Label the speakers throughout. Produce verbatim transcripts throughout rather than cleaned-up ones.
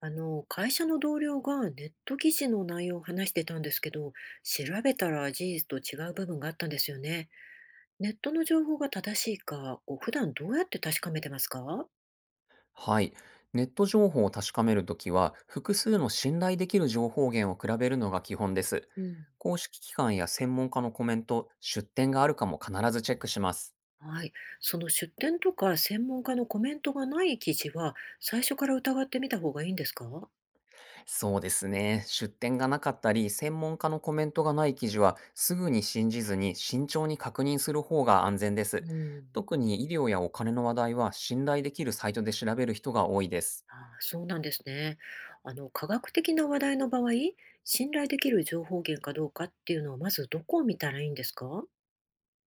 Speaker 1: あの、会社の同僚がネット記事の内容を話してたんですけど、調べたら事実と違う部分があったんですよね。ネットの情報が正しいか、こう普段どうやって確かめてますか？
Speaker 2: はい。ネット情報を確かめるときは、複数の信頼できる情報源を比べるのが基本です。
Speaker 1: うん、
Speaker 2: 公式機関や専門家のコメント、出典があるかも必ずチェックします。
Speaker 1: はい。その出典とか専門家のコメントがない記事は、最初から疑ってみた方がいいんですか？
Speaker 2: そうですね。出典がなかったり、専門家のコメントがない記事は、すぐに信じずに慎重に確認する方が安全で
Speaker 1: う
Speaker 2: す。
Speaker 1: ん、
Speaker 2: 特に医療やお金の話題は、信頼できるサイトで調べる人が多いです。
Speaker 1: ああ、そうなんですね。あの、科学的な話題の場合、信頼できる情報源かどうかっていうのは、まずどこを見たらいいんですか？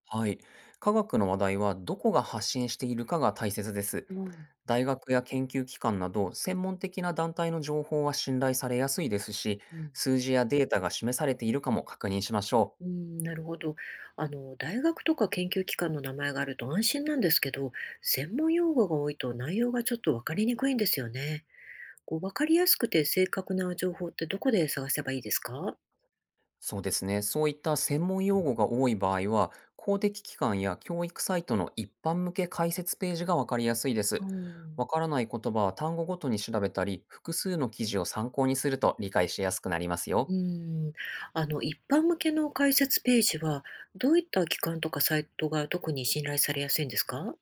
Speaker 2: はい。科学の話題はどこが発信しているかが大切です。
Speaker 1: うん、
Speaker 2: 大学や研究機関など専門的な団体の情報は信頼されやすいですし、
Speaker 1: うん
Speaker 2: 数字やデータが示されているかも確認しましょう。
Speaker 1: うん、なるほど。あの、大学とか研究機関の名前があると安心なんですけど、専門用語が多いと内容がちょっとわかりにくいんですよね。こう、わかりやすくて正確な情報ってどこで探せばいいですか？
Speaker 2: そうですね。そういった専門用語が多い場合は、公的機関や教育サイトの一般向け解説ページがわかりやすいで
Speaker 1: う
Speaker 2: す。
Speaker 1: ん、
Speaker 2: わからない言葉は単語ごとに調べたり、複数の記事を参考にすると理解しやすくなります
Speaker 1: う
Speaker 2: よ。
Speaker 1: ん、あの、一般向けの解説ページは、どういった機関とかサイトが特に信頼されやすいんですか？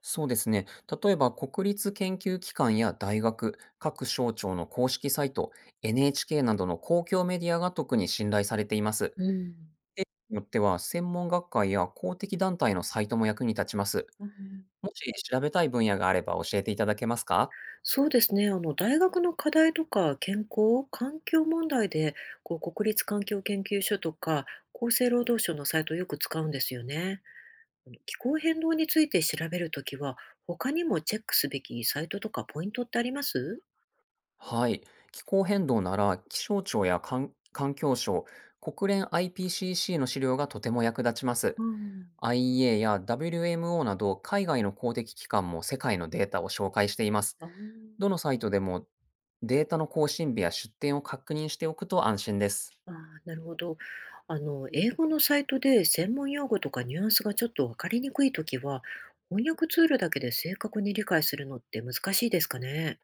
Speaker 2: そうですね。例えば、国立研究機関や大学、各省庁の公式サイト、エヌエイチケー などの公共メディアが特に信頼されています。
Speaker 1: うん、
Speaker 2: よっては、専門学会や公的団体のサイトも役に立ちます。
Speaker 1: うん
Speaker 2: もし調べたい分野があれば教えていただけますか？
Speaker 1: そうですね。あの、大学の課題とか健康、環境問題で、こう、国立環境研究所とか、厚生労働省のサイトをよく使うんですよね。あの気候変動について調べるときは、他にもチェックすべきサイトとかポイントってあります？
Speaker 2: はい。気候変動なら、気象庁や環環境省、国連 アイピーシーシー の資料がとても役立ちます。
Speaker 1: うん、
Speaker 2: アイエー や ダブリューエムオー など海外の公的機関も世界のデータを紹介しています。
Speaker 1: あー
Speaker 2: どのサイトでも、データの更新日や出典を確認しておくと安心です。
Speaker 1: あー、なるほど。あの、英語のサイトで専門用語とかニュアンスがちょっとわかりにくいときは、翻訳ツールだけで正確に理解するのって難しいですかね。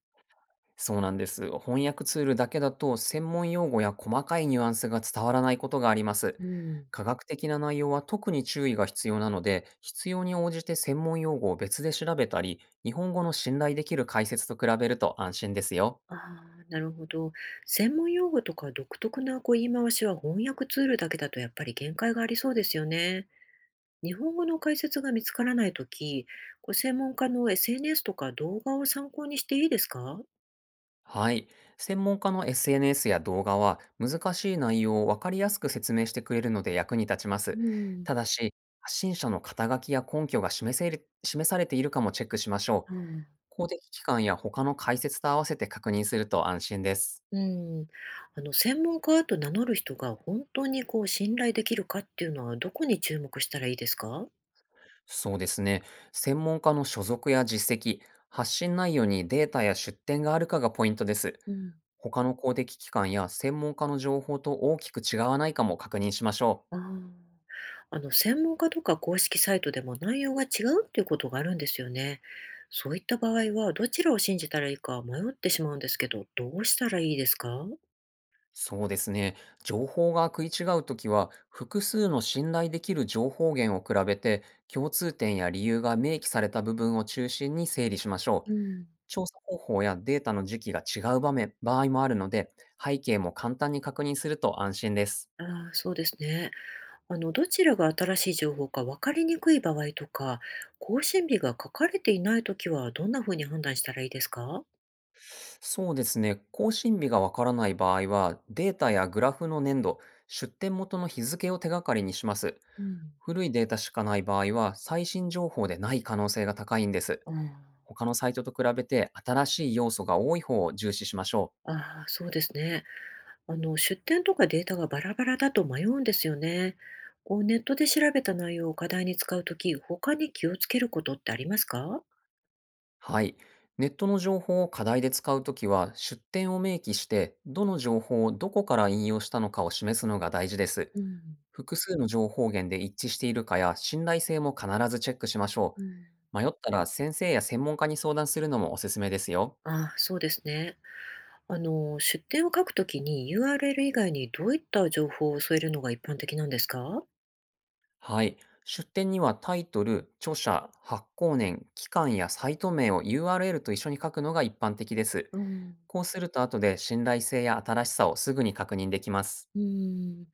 Speaker 2: そうなんです。翻訳ツールだけだと専門用語や細かいニュアンスが伝わらないことがあります。
Speaker 1: うん。
Speaker 2: 科学的な内容は特に注意が必要なので、必要に応じて専門用語を別で調べたり、日本語の信頼できる解説と比べると安心ですよ。
Speaker 1: ああ、なるほど。専門用語とか独特なこう言い回しは翻訳ツールだけだとやっぱり限界がありそうですよね。日本語の解説が見つからないとき、こう専門家の エスエヌエス とか動画を参考にしていいですか？
Speaker 2: はい。専門家の エスエヌエス や動画は難しい内容をわかりやすく説明してくれるので役に立ちま
Speaker 1: う
Speaker 2: す。
Speaker 1: ん、
Speaker 2: ただし、発信者の肩書きや根拠が示せる示されているかもチェックしましょ
Speaker 1: あ
Speaker 2: う。
Speaker 1: あ。
Speaker 2: 公的機関や他の解説と合わせて確認すると安心です。
Speaker 1: うんあの専門家と名乗る人が本当にこう信頼できるかっていうのはどこに注目したらいいですか？
Speaker 2: そうですね。専門家の所属や実績、発信内容にデータや出典があるかがポイントです。
Speaker 1: うん
Speaker 2: 他の公的機関や専門家の情報と大きく違わないかも確認しましょう。
Speaker 1: あああの、専門家とか公式サイトでも内容が違うっていうことがあるんですよね。そういった場合は、どちらを信じたらいいか迷ってしまうんですけど、どうしたらいいですか？
Speaker 2: そうですね。情報が食い違うときは、複数の信頼できる情報源を比べて、共通点や理由が明記された部分を中心に整理しましょ
Speaker 1: う
Speaker 2: う。
Speaker 1: ん、
Speaker 2: 調査方法やデータの時期が違う場面、場合もあるので、背景も簡単に確認すると安心です。
Speaker 1: ああ、そうですね。あの、どちらが新しい情報か分かりにくい場合とか、更新日が書かれていないときは、どんなふうに判断したらいいですか？
Speaker 2: そうですね。更新日がわからない場合は、データやグラフの年度、出典元の日付を手がかりにします。
Speaker 1: うん、
Speaker 2: 古いデータしかない場合は、最新情報でない可能性が高いんです。
Speaker 1: ああ、
Speaker 2: 他のサイトと比べて新しい要素が多い方を重視しましょう。
Speaker 1: ああそうですね。あの、出典とかデータがバラバラだと迷うんですよね。こうネットで調べた内容を課題に使うとき、他に気をつけることってありますか？
Speaker 2: はい。ネットの情報を課題で使うときは、出典を明記して、どの情報をどこから引用したのかを示すのが大事です。
Speaker 1: うん、
Speaker 2: 複数の情報源で一致しているかや、信頼性も必ずチェックしましょ
Speaker 1: うん、
Speaker 2: う。迷ったら先生や専門家に相談するのもおすすめですよ。
Speaker 1: ああ、そうですね。あの、出典を書くときに ユーアールエル 以外にどういった情報を添えるのが一般的なんですか？
Speaker 2: はい。出典にはタイトル、著者、発行年、期間やサイト名を ユーアールエル と一緒に書くのが一般的です。
Speaker 1: あー
Speaker 2: こうすると後で信頼性や新しさをすぐに確認できます。
Speaker 1: うん、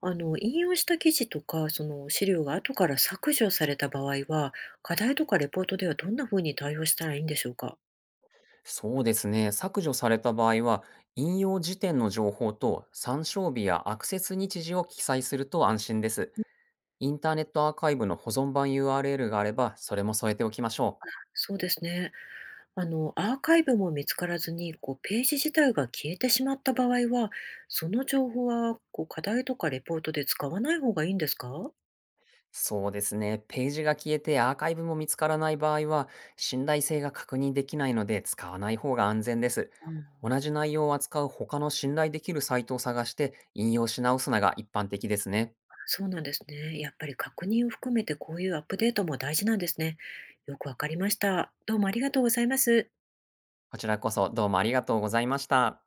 Speaker 1: あの、引用した記事とか、その資料が後から削除された場合は、課題とかレポートではどんなふうに対応したらいいんでしょうか？
Speaker 2: そうですね。削除された場合は、引用辞典の情報と参照日やアクセス日時を記載すると安心です。インターネットアーカイブの保存版 ユーアールエル があれば、それも添えておきましょう。
Speaker 1: そうですね。あの、アーカイブも見つからずに、こう、ページ自体が消えてしまった場合は、その情報は、こう、課題とかレポートで使わない方がいいんですか？
Speaker 2: そうですね。ページが消えてアーカイブも見つからない場合は、信頼性が確認できないので使わない方が安全です。
Speaker 1: あ
Speaker 2: 同じ内容を扱う他の信頼できるサイトを探して引用し直すのが一般的ですね。
Speaker 1: そうなんですね。やっぱり確認を含めてこういうアップデートも大事なんですね。よくわかりました。どうもありがとうございます。
Speaker 2: こちらこそどうもありがとうございました。